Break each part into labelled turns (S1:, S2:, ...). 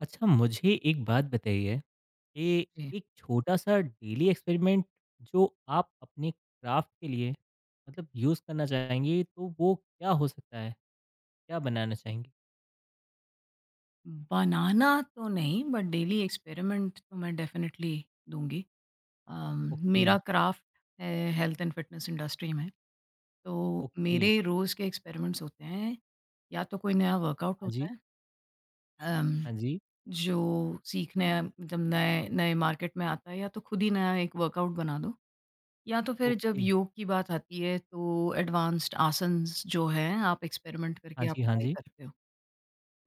S1: अच्छा मुझे एक बात बताइए कि
S2: जी।
S1: एक छोटा सा डेली एक्सपेरिमेंट जो आप अपने क्राफ्ट के लिए मतलब यूज़ करना चाहेंगे तो वो क्या हो सकता है? क्या बनाना चाहेंगे?
S2: बनाना तो नहीं बट डेली एक्सपेरिमेंट तो मैं डेफ़िनेटली दूँगी।
S1: ओके,
S2: मेरा क्राफ़्ट है हेल्थ एंड फ़िटनेस इंडस्ट्री में, तो
S1: ओके,
S2: मेरे रोज़ के एक्सपेरिमेंट्स होते हैं, या तो कोई नया वर्कआउट
S1: हाँ जी,
S2: होता है, अम,
S1: हाँ जी,
S2: जो सीखने जब नए नए मार्केट में आता है या तो खुद ही नया एक वर्कआउट बना दो, या तो फिर जब
S1: ओके,
S2: योग की बात आती है तो एडवांस्ड आसन्स जो हैं आप एक्सपेरिमेंट
S1: हाँ
S2: करके आप
S1: जी, हाँ
S2: ट्राई
S1: जी,
S2: करते हो।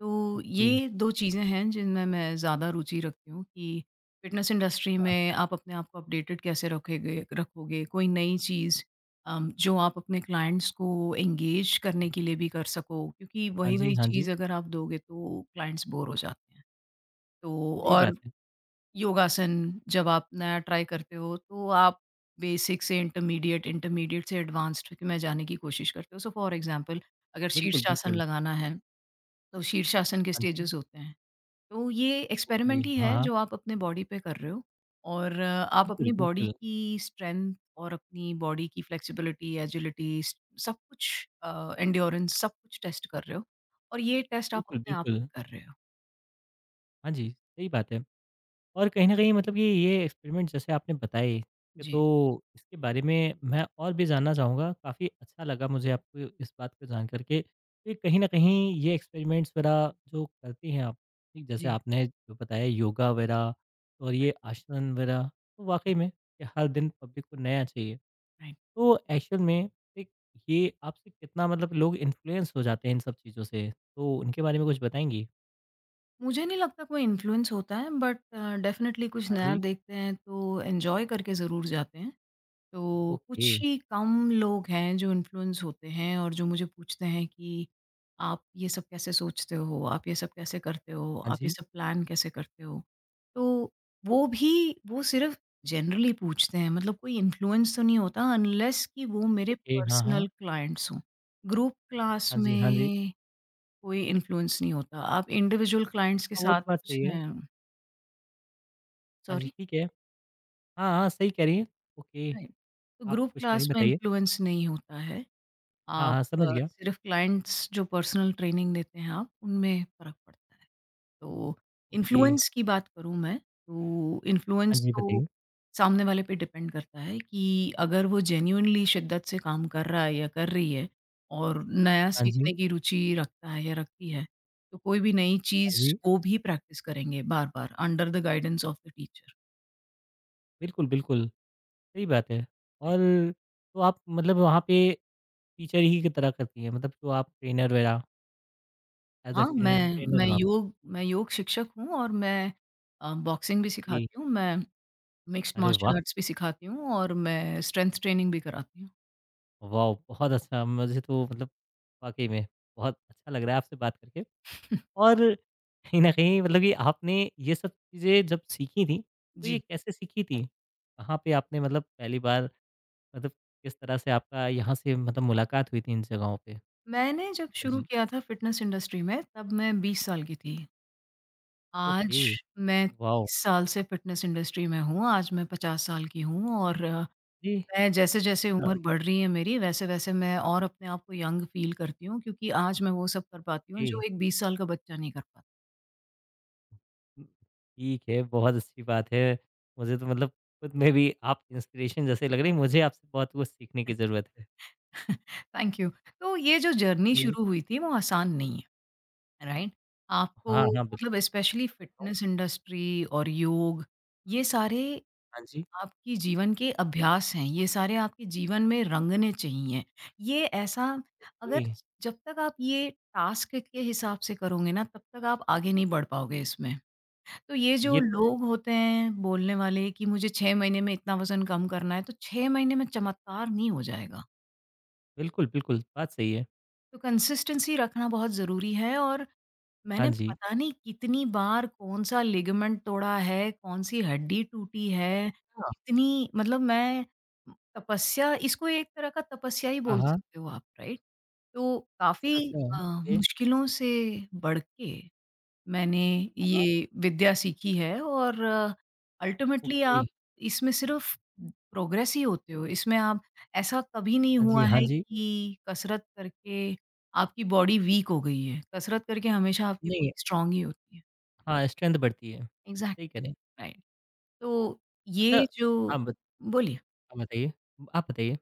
S2: तो
S1: ओके,
S2: ये 2 चीज़ें हैं जिनमें मैं ज़्यादा रुचि रखती हूँ कि फ़िटनेस इंडस्ट्री
S1: हाँ,
S2: में आप अपने आप को अपडेटेड कैसे रखोगे रखोगे, कोई नई चीज़, जो आप अपने क्लाइंट्स को एंगेज करने के लिए भी कर सको क्योंकि
S1: हाँ जी,
S2: वही-वही
S1: हाँ जी,
S2: चीज़ अगर आप दोगे तो क्लाइंट्स बोर हो जाते हैं। तो
S1: सही
S2: और
S1: बात है।
S2: योगासन जब आप नया ट्राई करते हो तो आप बेसिक से इंटरमीडिएट, इंटरमीडिएट से एडवांस्ड में जाने की कोशिश करते हो। सो फॉर एग्ज़ाम्पल अगर
S1: बिल्कुल,
S2: शीर्षासन
S1: बिल्कुल,
S2: लगाना है, तो शीर्षासन के
S1: हाँ जी,
S2: स्टेजेस होते हैं। तो ये
S1: ओके,
S2: एक्सपेरिमेंट ही
S1: हाँ,
S2: है
S1: हाँ,
S2: जो आप अपने बॉडी पे कर रहे हो और आप
S1: बिल्कुल,
S2: अपनी बॉडी
S1: बिल्कुल,
S2: की स्ट्रेंथ और अपनी बॉडी की फ्लेक्सिबिलिटी, एजिलिटी सब कुछ, एंड्योरेंस सब कुछ टेस्ट कर रहे हो और ये टेस्ट आप
S1: बिल्कुल,
S2: अपने आप
S1: बिल्कुल,
S2: पे कर रहे हो।
S1: हाँ जी, सही बात है। और कहीं न कहीं मतलब कि ये एक्सपेरिमेंट जैसे आपने बताए, कि
S2: जी।
S1: तो इसके बारे में मैं और भी जानना चाहूँगा। काफ़ी अच्छा लगा मुझे आपको इस बात को जान कर के कि कहीं न कहीं ये एक्सपेरिमेंट्स वग़ैरह जो करती हैं आप, ठीक जैसे
S2: जी,
S1: आपने जो बताया योगा वग़ैरह और ये
S2: राइट,
S1: आसन वग़ैरह, तो वाक़ई में कि हर दिन पब्लिक को नया चाहिए।
S2: राइट।
S1: तो एक्चुअल में एक ये आपसे कितना मतलब लोग इन्फ्लुएंस हो जाते हैं इन सब चीज़ों से, तो उनके बारे में कुछ बताएँगी?
S2: मुझे नहीं लगता कोई इन्फ्लुएंस होता है बट डेफ़िनेटली कुछ
S1: हाँ
S2: नया
S1: जी,
S2: देखते हैं तो एन्जॉय करके ज़रूर जाते हैं। तो
S1: ओके।
S2: कुछ ही कम लोग हैं जो इन्फ्लुएंस होते हैं और जो मुझे पूछते हैं कि आप ये सब कैसे सोचते हो? आप ये सब कैसे करते हो?
S1: हाँ
S2: आप ये
S1: जी,
S2: सब प्लान कैसे करते हो? तो वो भी वो सिर्फ़ जनरली पूछते हैं, मतलब कोई इन्फ्लुएंस तो नहीं होता अनलेस कि वो मेरे
S1: ओके। हाँ, हाँ।
S2: पर्सनल क्लाइंट्स हों। ग्रुप क्लास
S1: हाँ जी, हाँ जी।
S2: में कोई इन्फ्लुएंस नहीं होता। आप इंडिविजुअल क्लाइंट्स के
S1: हाँ, वो तो
S2: साथ
S1: बात
S2: कुछ
S1: सही है।
S2: न,
S1: हाँ जी,
S2: सॉरी?
S1: ठीक है। हाँ, हाँ, सही कह रही हैं। Okay,
S2: right. तो
S1: आप
S2: ग्रुप
S1: कुछ कह रही हैं
S2: क्लास में
S1: बताइए।
S2: इन्फ्लुएंस नहीं होता है।
S1: हाँ,
S2: आप
S1: हाँ, समझ गया।
S2: सिर्फ क्लाइंट्स जो पर्सनल ट्रेनिंग देते हैं आप, उनमें फ़र्क पड़ता है। तो
S1: ओके,
S2: इन्फ्लुएंस की बात करूँ मैं, तो
S1: हाँ
S2: इन्फ्लुएंस
S1: जी,
S2: तो
S1: बताइए।
S2: सामने वाले पे डिपेंड करता है कि अगर वो जेन्युइनली शिद्दत से काम कर रहा है या कर रही है और नया
S1: हाँ जी,
S2: सीखने की रुचि रखता है या रखती है, तो कोई भी नई
S1: हाँ
S2: चीज़
S1: जी।
S2: वो भी प्रैक्टिस करेंगे बार-बार under the guidance of the teacher,
S1: बिल्कुल, बिल्कुल, सही बात है। और
S2: राइट।
S1: तो आप मतलब वहाँ पे टीचर ही की तरह करती हैं, मतलब जो आप ट्रेनर वगैरह एज़ अ
S2: हाँ,
S1: ट्रेनर
S2: मैं
S1: ट्रेनर
S2: मैं
S1: हो आप?
S2: योग मैं योग शिक्षक हूँ और मैं, बॉक्सिंग भी
S1: ओके,
S2: सिखाती हूँ। मैं मिक्स्ड
S1: अरे वाह!
S2: मार्शल आर्ट्स भी सिखाती हूँ और मैं स्ट्रेंथ ट्रेनिंग भी कराती हूँ।
S1: वाओ! बहुत अच्छा, मुझे तो मतलब वाक़ई में बहुत अच्छा लग रहा है आपसे बात करके। और कहीं न कहीं मतलब कि आपने ये सब चीज़ें जब सीखी थी, तो ये
S2: जी।
S1: कैसे सीखी थी? कहाँ पे आपने मतलब पहली बार मतलब किस तरह से आपका यहाँ से मतलब मुलाकात हुई थी इन जगहों पे?
S2: मैंने जब शुरू
S1: जी।
S2: किया था फ़िटनेस इंडस्ट्री में तब मैं 20 साल की थी। आज
S1: ओके,
S2: मैं
S1: वॉव!
S2: 30 साल से फ़िटनेस इंडस्ट्री में हूँ, आज मैं 50 साल की हूँ और
S1: जी,
S2: मैं जैसे-जैसे उम्र बढ़ रही है मेरी वैसे-वैसे मैं और अपने आप को यंग फ़ील करती हूँ क्योंकि आज मैं वो सब कर पाती हूँ
S1: ओके।
S2: जो एक 20 साल का बच्चा नहीं कर पाता।
S1: ठीक है, बहुत अच्छी बात है। मुझे तो मतलब खुद में भी आप इंस्पिरेशन जैसे लग रही, मुझे आपसे बहुत कुछ सीखने की ज़रूरत है।
S2: Thank you. तो ये जो जर्नी
S1: जी।
S2: शुरू हुई थी वो आसान नहीं है। राइट, आपको
S1: हाँ, हाँ,
S2: मतलब
S1: बिल्कुल,
S2: स्पेशली
S1: बिल्कुल।
S2: फिटनेस इंडस्ट्री और योग ये सारे
S1: हाँ जी,
S2: आपकी जीवन के अभ्यास हैं, ये सारे आपके जीवन में रंगने चाहिए। ये ऐसा, अगर
S1: ओके,
S2: जब तक आप ये टास्क के हिसाब से करोगे ना तब तक आप आगे नहीं बढ़ पाओगे इसमें। तो ये जो
S1: ये तो है।
S2: लोग होते हैं बोलने वाले कि मुझे छः महीने में इतना वजन कम करना है, तो छः महीने में चमत्कार नहीं हो जाएगा।
S1: बिल्कुल, बिल्कुल, बात सही है।
S2: तो कंसिस्टेंसी रखना बहुत ज़रूरी है, और
S1: हाँ
S2: मैंने
S1: जी।
S2: पता नहीं कितनी बार कौन-सा लिगामेंट तोड़ा है, कौन-सी हड्डी टूटी है,
S1: हाँ,
S2: कितनी मतलब मैं, तपस्या, इसको एक तरह का तपस्या ही बोल
S1: हाँ।
S2: सकते हो आप, राइट? तो
S1: अच्छा,
S2: काफ़ी,
S1: अच्छा,
S2: अ,
S1: ओके। हाँ,
S2: मुश्किलों से बढ़ के मैंने
S1: हाँ,
S2: ये विद्या सीखी है, और अल्टीमेटली
S1: ओके।
S2: आप इसमें सिर्फ प्रोग्रेस ही होते हो। इसमें आप, ऐसा कभी नहीं
S1: हाँ जी,
S2: हुआ जी
S1: हाँ
S2: है
S1: जी।
S2: कि कसरत करके आपकी बॉडी वीक हो गई है। कसरत करके हमेशा आपकी
S1: नहीं,
S2: बॉडी स्ट्रॉन्ग ही होती है।
S1: हाँ, स्ट्रेंथ बढ़ती है, सही
S2: एग्ज़ैक्टली,
S1: कह रहे हैं।
S2: राइट। तो
S1: अच्छा
S2: ये जो,
S1: हाँ, बत
S2: बोलिए।
S1: आप बताइए आप बताइए,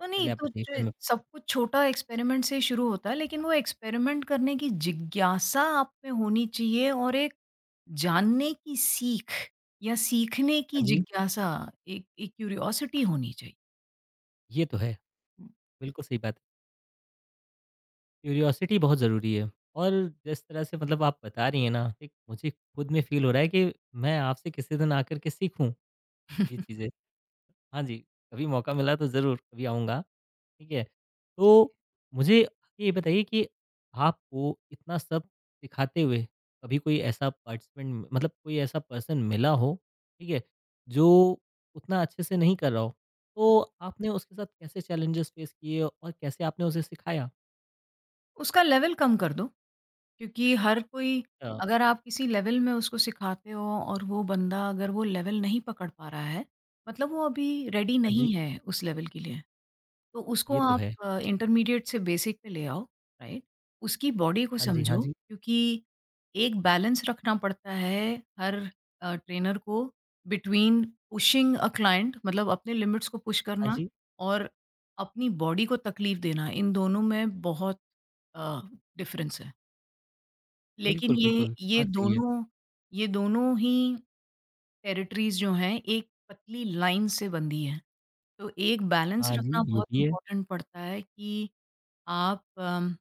S2: तो नहीं
S1: आप
S2: तो
S1: बताइए फिर
S2: जो,
S1: मैं पूछता हूँ।
S2: सब कुछ छोटा एक्सपेरिमेंट से शुरू होता है लेकिन वो एक्सपेरिमेंट करने की जिज्ञासा आप में होनी चाहिए और एक जानने की सीख या सीखने की
S1: हाँ
S2: हुँ
S1: जी,
S2: जिज्ञासा, एक एक क्यूरियोसिटी होनी चाहिए।
S1: ये तो है, बिल्कुल सही बात है। क्यूरियोसिटी बहुत ज़रूरी है और जिस तरह से मतलब आप बता रही हैं ना, एक मुझे खुद में फ़ील हो रहा है कि मैं आपसे किसी दिन आकर के सीखूँ ये चीज़ें। हाँ जी, कभी मौका मिला तो ज़रूर, कभी आऊँगा। ठीक है। तो मुझे ये बताइए कि आपको इतना सब सिखाते हुए कभी कोई ऐसा पार्टिसिपेंट मतलब कोई ऐसा पर्सन मिला हो, ठीक है, जो उतना अच्छे से नहीं कर रहा हो, तो आपने उसके साथ कैसे चैलेंजेस फेस किए और कैसे आपने उसे सिखाया?
S2: उसका लेवल कम कर दो। क्योंकि हर कोई,
S1: अच्छा,
S2: अगर आप किसी लेवल में उसको सिखाते हो और वो बंदा अगर वो लेवल नहीं पकड़ पा रहा है, मतलब वो अभी रेडी
S1: हाँ जी,
S2: नहीं है उस लेवल के लिए। तो उसको
S1: ये तो
S2: आप,
S1: है।
S2: इंटरमीडिएट से बेसिक पे ले आओ, राइट? उसकी बॉडी को
S1: हाँ जी, हाँ
S2: समझो
S1: जी,
S2: क्योंकि एक बैलेंस रखना पड़ता है हर, ट्रेनर को बिटवीन पुशिंग अ क्लाइंट, मतलब अपने लिमिट्स को पुश
S1: हाँ
S2: करना
S1: जी।
S2: और अपनी बॉडी को तकलीफ देना। इन दोनों में बहुत, अ, डिफरेंस है। लेकिन
S1: बिल्कुल,
S2: ये
S1: बिल्कुल।
S2: ये
S1: बात सही है।
S2: दोनों, ये दोनों ही टेरिटरीज़ जो हैं, एक पतली लाइन से बंधी हैं। तो एक बैलेंस
S1: हाँ जी,
S2: रखना
S1: ये
S2: बहुत
S1: भी है।
S2: इम्पोर्टेंट पड़ता है कि आप,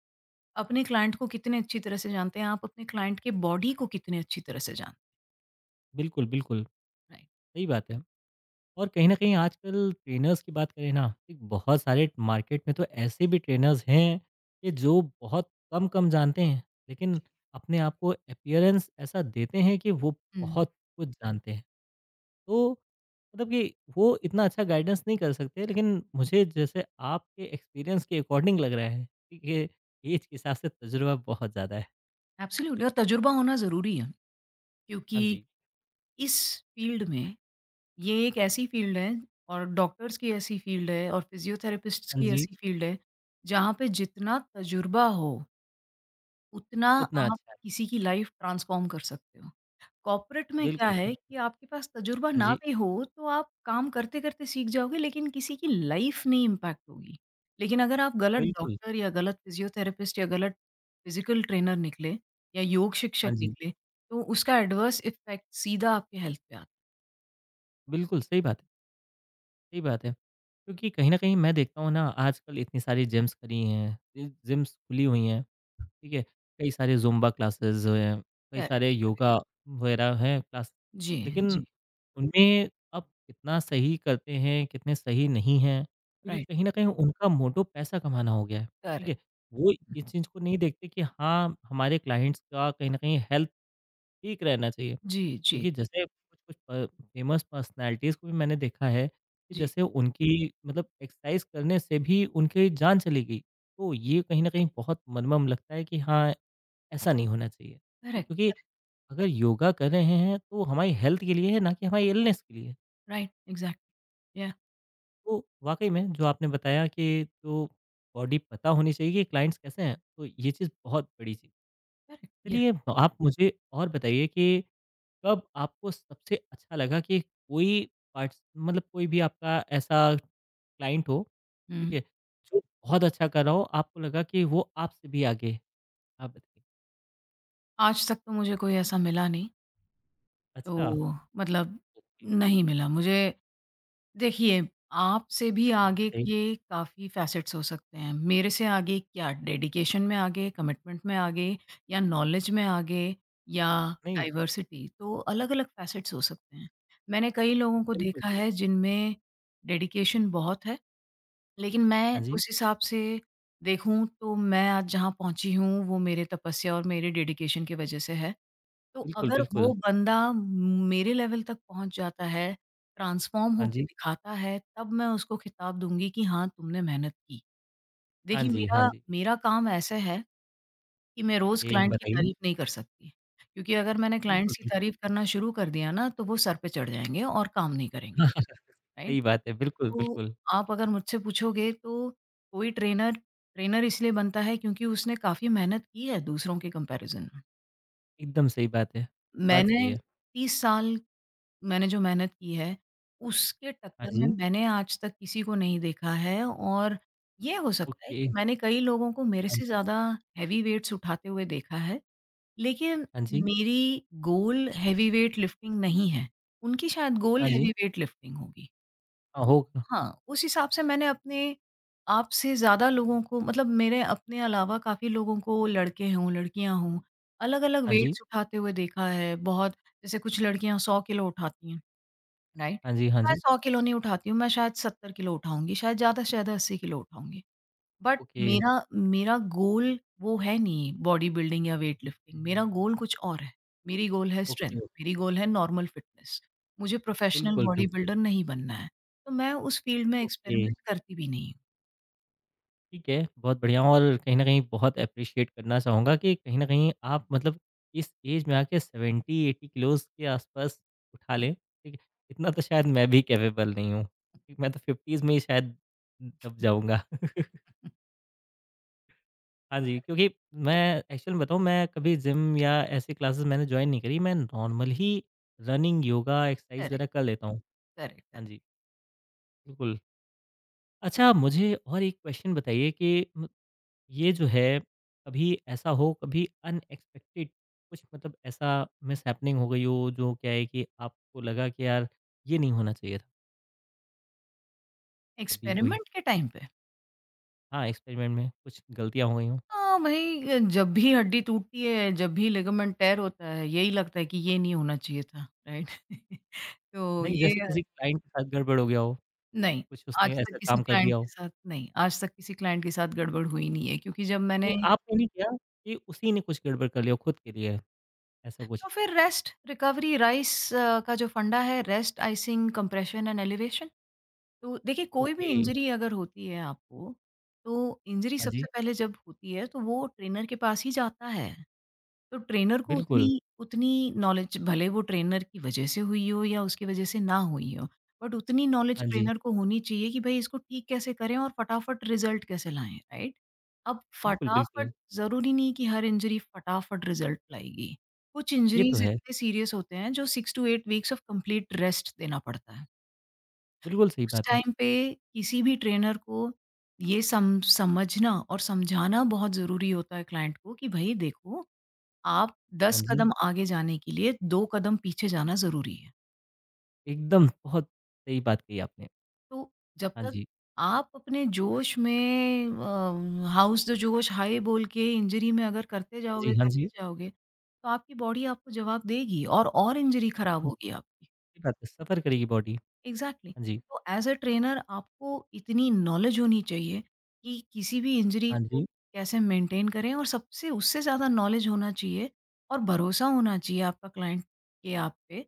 S2: अपने क्लाइंट को कितने अच्छी तरह से जानते हैं, आप अपने क्लाइंट के बॉडी को कितने अच्छी तरह से जानते
S1: बिल्कुल, बिल्कुल,
S2: हैं, राइट।
S1: सही बात है। और कहीं न कहीं आजकल ट्रेनर्स की बात करें ना, एक बहुत सारे मार्केट में तो ऐसे भी ट्रेनर्स हैं कि जो बहुत कम-कम जानते हैं, लेकिन अपने आप को अपीयरेंस ऐसा देते हैं कि वो
S2: हुँ,
S1: बहुत कुछ जानते हैं। तो मतलब कि वो इतना अच्छा गाइडेंस नहीं कर सकते, लेकिन मुझे जैसे आपके एक्सपीरियंस के अकॉर्डिंग लग रहा है कि एज के हिसाब से तजुर्बा बहुत ज़्यादा है।
S2: एब्सोल्यूटली, और तजुर्बा होना ज़रूरी है,
S1: हाँ
S2: क्योंकि
S1: जी,
S2: इस फ़ील्ड में, ये एक ऐसी फ़ील्ड है, और डॉक्टर्स की ऐसी फ़ील्ड है, और फ़िज़ियोथेरेपिस्ट्स
S1: हाँ
S2: की
S1: जी,
S2: ऐसी फ़ील्ड है, जहाँ पे जितना तजुर्बा हो उतना
S1: उतना
S2: आप
S1: अच्छा है।
S2: किसी की लाइफ ट्रांसफॉर्म कर सकते हो। कॉर्पोरेट में क्या
S1: बिल्कुल,
S2: है कि
S1: बिल्कुल।
S2: आपके पास तजुर्बा
S1: हाँ
S2: ना
S1: जी,
S2: भी हो तो आप काम करते-करते सीख जाओगे लेकिन किसी की लाइफ नहीं इम्पैक्ट होगी। लेकिन अगर आप गलत
S1: बिल्कुल।
S2: डॉक्टर या गलत फ़िज़ियोथेरेपिस्ट या गलत फ़िज़िकल ट्रेनर निकले या योग
S1: हाँ
S2: शिक्षक
S1: जी,
S2: निकले तो उसका एडवर्स इफ़ेक्ट सीधा आपके हेल्थ पे आता है।
S1: बिल्कुल सही बात है। सही बात है। क्योंकि कहीं न कहीं मैं देखता हूँ ना आजकल इतनी सारी जिम्स खरी हैं, जि जिम्स खुली हुई हैं, ठीक है? कई सारे ज़ुम्बा क्लासेस हैं, कई सारे
S2: करेक्ट।
S1: योगा वगैरह हैं क्लास
S2: जी,
S1: लेकिन
S2: जी।
S1: उनमें अब कितना सही करते हैं, कितने सही नहीं हैं, क्योंकि
S2: राइट।
S1: कहीं न कहीं उनका मोटो पैसा कमाना हो गया है, ठीक है?
S2: करेक्ट।
S1: वो
S2: हुँ।
S1: इस चीज़ को नहीं देखते कि हाँ, हमारे क्लाइंट्स का कहीं न कहीं हेल्थ ठीक रहना चाहिए।
S2: जी, जी,
S1: क्योंकि जैसे कुछ-कुछ प फेमस पर्सनैलिटीज़ को भी मैंने देखा है कि
S2: जी।
S1: जैसे उनकी मतलब एक्सरसाइज़ करने से भी उनकी जान चली गई। तो ये कहीं न कहीं बहुत मनमम लगता है कि हाँ, ऐसा नहीं होना चाहिए। ठीक,
S2: करेक्ट,
S1: क्योंकि
S2: करेक्ट।
S1: अगर योगा कर रहे हैं तो हमारी हेल्थ के लिए है ना कि हमारी इलनेस के लिए।
S2: Right, exactly. या,
S1: तो वाक़ई में जो आपने बताया कि जो बॉडी पता होनी चाहिए कि क्लाइंट्स कैसे हैं, तो ये चीज़ बहुत बड़ी चीज़।
S2: करेक्ट। या।
S1: चलिए आप मुझे और बताइए कि कब आपको सबसे अच्छा लगा कि कोई पार्ट्स मतलब कोई भी आपका ऐसा क्लाइंट हो, ठीक
S2: हुँ।
S1: है, जो बहुत अच्छा कर रहा हो, आपको लगा कि वो आपसे भी आगे है? आप बताइए।
S2: आज तक तो मुझे कोई ऐसा मिला नहीं।
S1: अच्छा,
S2: तो मतलब
S1: ओके,
S2: नहीं मिला मुझे। देखिए, आपसे भी आगे
S1: बताइए।
S2: ये काफ़ी फ़ैसेट्स हो सकते हैं। मेरे से आगे क्या, डेडिकेशन में आगे, कमिटमेंट में आगे, या नॉलेज में आगे, या
S1: नहीं,
S2: डाइवर्सिटी, तो अलग-अलग फ़ैसेट्स हो सकते हैं। मैंने कई लोगों को
S1: बिल्कुल,
S2: देखा
S1: बिल्कुल।
S2: है जिनमें डेडिकेशन बहुत है, लेकिन मैं
S1: हाँ जी,
S2: उस हिसाब से देखूँ तो मैं आज जहाँ पहुँची हूँ वो मेरे तपस्या और मेरे डेडिकेशन की वज़ह से है। तो
S1: बिल्कुल,
S2: अगर
S1: बिल्कुल।
S2: वो बंदा मेरे लेवल तक पहुँच जाता है, ट्रांसफ़ॉर्म
S1: हाँ
S2: होके
S1: जी,
S2: दिखाता है, तब मैं उसको खिताब दूँगी कि हाँ, तुमने मेहनत की।
S1: हाँ
S2: देखिए
S1: जी, हाँ
S2: मेरा
S1: जी।
S2: मेरा काम ऐसा है कि मैं रोज़
S1: ओके,
S2: क्लाइंट की
S1: बताइए।
S2: तारीफ़ नहीं कर सकती, क्योंकि अगर मैंने
S1: बिल्कुल,
S2: क्लाइंट्स की
S1: बिल्कुल।
S2: तारीफ़ करना शुरू कर दिया ना, तो वो सर पे चढ़ जाएँगे और काम नहीं करेंगे, राइट?
S1: सही बात है, बिल्कुल,
S2: तो
S1: बिल्कुल।
S2: आप अगर मुझसे पूछोगे तो कोई ट्रेनर, ट्रेनर इसलिए बनता है क्योंकि उसने काफ़ी मेहनत की है दूसरों के कंपैरिज़न में।
S1: एकदम सही बात है, बात
S2: मैंने
S1: सही है।
S2: 30 साल, मैंने जो मेहनत की है, उसके
S1: हाँ
S2: टक्कर में
S1: जी,
S2: मैंने आज तक किसी को नहीं देखा है, और ये हो सकता है
S1: ओके,
S2: कि मैंने कई लोगों को मेरे
S1: हाँ
S2: से
S1: जी,
S2: ज़्यादा हेवी वेट्स उठाते हुए देखा है, लेकिन
S1: हाँ जी,
S2: मेरी गोल हेवी वेट लिफ्टिंग नहीं है। उनकी शायद गोल
S1: हाँ जी।
S2: हेवी वेट लिफ्टिंग होगी।
S1: हाँ,
S2: तो
S1: होगा।
S2: हाँ, उस हिसाब से मैंने अपने आप से ज़्यादा लोगों को, मतलब मेरे अपने अलावा काफ़ी लोगों को, लड़के हों, लड़कियाँ हों, अलग-अलग
S1: हाँ जी,
S2: वेट्स उठाते हुए देखा है। बहुत जैसे कुछ लड़कियाँ 100 किलो उठाती हैं। राइट?
S1: हाँ जी, हाँ
S2: मैं
S1: जी।
S2: 100 किलो नहीं उठाती हूँ, मैं शायद 70 किलो उठाऊँगी, शायद ज़्यादा से ज़्यादा 80 किलो उठाऊँगी। But
S1: okay.
S2: मेरा मेरा गोल वो है नहीं, बॉडी बिल्डिंग या वेट लिफ्टिंग, मेरा गोल कुछ और है। मेरी गोल है स्ट्रेंथ,
S1: ओके,
S2: मेरी
S1: ओके।
S2: गोल है नॉर्मल फिटनेस। मुझे प्रोफेशनल
S1: बिल्कुल,
S2: बॉडी
S1: बिल्कुल।
S2: बिल्डर नहीं बनना है, तो मैं उस फील्ड में
S1: ओके,
S2: एक्सपेरिमेंट करती भी नहीं
S1: ठीक है, बहुत बढ़िया और कहीं न कहीं बहुत एप्रिशिएट करना चाहूँगा कि कहीं न कहीं आप मतलब इस ऐज में आके 70-80 किलोज़ के आसपास उठा
S2: हूँ।
S1: लें, ठीक है? इतना तो शायद मैं भी कैपेबल नहीं हूँ। ठीक, मैं तो 50s में ही शायद दब जाऊँगा। हाँ जी, क्योंकि मैं एक्चुअल में बताऊँ मैं कभी जिम या ऐसी क्लासेस मैंने जॉइन नहीं करी, मैं नॉर्मल ही रनिंग, योगा, एक्सरसाइज़
S2: करेक्ट,
S1: वगैरह कर लेता हूँ।
S2: करेक्ट,
S1: हाँ
S2: करेक्ट।
S1: जी, बिल्कुल। अच्छा मुझे और एक क्वेश्चन बताइए कि म ये जो है, कभी ऐसा हो, कभी अनएक्सपेक्टेड कुछ मतलब ऐसा मिसहैपनिंग हो गई हो, जो क्या है कि आपको लगा कि यार ये नहीं होना चाहिए था, कभी कोई
S2: एक्सपेरिमेंट के टाइम पे
S1: हाँ, एक्सपेरिमेंट में कुछ गलतियाँ हो गई हों?
S2: हाँ, भई, जब भी हड्डी टूटती है, जब भी लिगामेंट टेयर होता है, यही लगता है कि ये नहीं होना चाहिए था, राइट? तो
S1: नहीं,
S2: ये
S1: जैसे किसी क्लाइंट के साथ गड़बड़ हो गया हो,
S2: नहीं,
S1: कुछ
S2: आज
S1: उसने
S2: तक
S1: ऐसा
S2: किसी
S1: काम कर
S2: क्लाइंट
S1: दिया
S2: के
S1: हो।
S2: साथ नहीं, आज तक किसी क्लाइंट के साथ गड़बड़ हुई नहीं है क्योंकि जब
S1: नहीं,
S2: मैंने,
S1: आपने नहीं किया कि उसी ने कुछ गड़बड़ कर लिया हो खुद के लिए, ऐसा कुछ?
S2: तो फिर रेस्ट, रिकवरी, राइस, का जो फंडा है, rest, icing, compression and elevation. तो देखिए कोई भी
S1: ओके,
S2: इंजरी अगर होती है आपको, तो इंजरी
S1: हाँ जी,
S2: सबसे पहले जब होती है तो वो ट्रेनर के पास ही जाता है। तो ट्रेनर को उतनी
S1: बिल्कुल,
S2: उतनी नॉलेज भले वो ट्रेनर की वजह से हुई हो या उसकी वजह से ना हुई हो, बट उतनी नॉलेज
S1: हाँ जी,
S2: ट्रेनर को होनी चाहिए कि भई इसको ठीक कैसे करें और फटाफट रिज़ल्ट कैसे लाएँ, राइट? अब
S1: बिल्कुल,
S2: फटाफट
S1: बिल्कुल।
S2: ज़रूरी नहीं कि हर इंजरी फटाफट रिज़ल्ट लाएगी। कुछ
S1: ये तो
S2: इंजरीज़
S1: है,
S2: इतने सीरियस होते हैं जो 6 to 8 weeks of complete rest देना पड़ता है।
S1: बिल्कुल सही
S2: उस
S1: बात है।
S2: टाइम पे किसी भी ट्रेनर को ये सम समझना और समझाना बहुत ज़रूरी होता है क्लाइंट को कि भई देखो, आप
S1: हाँ
S2: 10
S1: जी,
S2: कदम आगे जाने के लिए 2 कदम पीछे जाना ज़रूरी है।
S1: एकदम बहुत सही बात कही आपने।
S2: तो जब
S1: हाँ
S2: तक
S1: जी,
S2: आप अपने जोश में, हाउस द जोश हाय बोल के इंजरी में अगर करते
S1: हाँ जी,
S2: जाओगे,
S1: हाँ
S2: करते
S1: जी।
S2: जाओगे, तो आपकी बॉडी आपको जवाब देगी और, इंजरी खराब
S1: हुँ,
S2: होगी आपकी।
S1: सही बात है, सफ़र करेगी बॉडी।
S2: एग्ज़ैक्टली।
S1: हाँ जी,
S2: तो एज़ अ ट्रेनर आपको इतनी नॉलेज होनी चाहिए कि किसी भी इंजरी
S1: हाँ
S2: को
S1: जी,
S2: कैसे मेंटेन करें, और सबसे उससे ज़्यादा नॉलेज होना चाहिए और भरोसा होना चाहिए आपका क्लाइंट के आप पे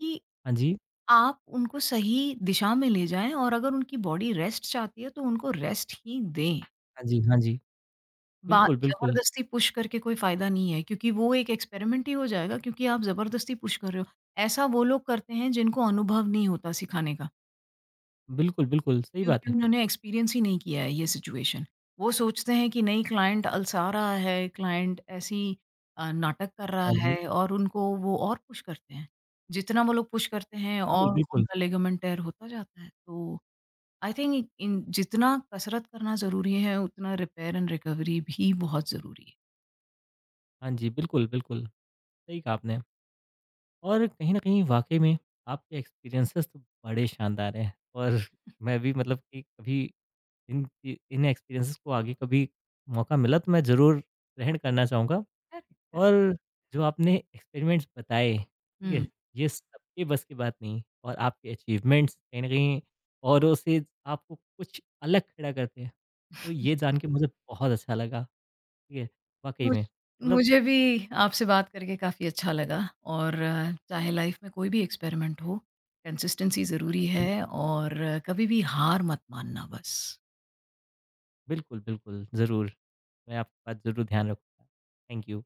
S2: कि
S1: हाँ जी,
S2: आप उनको सही दिशा में ले जाएँ, और अगर उनकी बॉडी रेस्ट चाहती है तो उनको रेस्ट ही दें।
S1: हाँ जी, हाँ जी।
S2: बा
S1: बिल्कुल, बिल्कुल,
S2: ज़बरदस्ती पुश करके कोई फ़ायदा नहीं है क्योंकि वो एक एक्सपेरिमेंट ही हो जाएगा क्योंकि आप ज़बरदस्ती पुश कर रहे हो। ऐसा वो लोग करते हैं जिनको अनुभव नहीं होता सिखाने का,
S1: बिल्कुल, बिल्कुल, सही बात
S2: क्योंकि
S1: है।
S2: उन्होंने एक्सपीरियंस ही नहीं किया है ये सिचुएशन। वो सोचते हैं कि नहीं क्लाइंट अलसा रहा है, क्लाइंट ऐसी, नाटक कर रहा
S1: हाँ
S2: है,
S1: जी,
S2: और उनको वो और पुश करते हैं। जितना वो लोग पुश करते हैं
S1: बिल्कुल,
S2: और
S1: बिल्कुल।
S2: उनका लिगामेंट टेयर होता जाता है। तो आई थिंक इन जितना कसरत करना ज़रूरी है, उतना रिपेयर एंड रिकवरी भी बहुत ज़रूरी है।
S1: हाँ जी, बिल्कुल, बिल्कुल, सही कहा आपने। और कहीं न कहीं वाक़ई में आपके एक्सपीरियंसेस तो बड़े शानदार हैं और मैं भी मतलब कि कभी इन एक्सपीरियंसेस को आगे कभी मौका मिला तो मैं ज़रूर ग्रहण करना चाहूँगा।
S2: Correct, correct.
S1: और जो आपने एक्सपेरिमेंट्स बताए, ठीक
S2: हुँ,
S1: है? ये सबके बस की बात नहीं और आपके अचीवमेंट्स कहीं न कहीं औरों से आपको कुछ अलग खड़ा करते हैं। तो ये जान के मुझे बहुत अच्छा लगा, ठीक है? वाक़ई
S2: मुझ
S1: में मतलब
S2: मुझे भी आपसे बात करके काफ़ी अच्छा लगा, और चाहे लाइफ़ में कोई भी एक्सपेरिमेंट हो, कंसिस्टेंसी
S1: हाँ
S2: ज़रूरी
S1: जी,
S2: है, और कभी भी हार मत मानना बस।
S1: बिल्कुल, बिल्कुल, ज़रूर। मैं आपकी बात ज़रूर ध्यान रखूँगा। Thank you.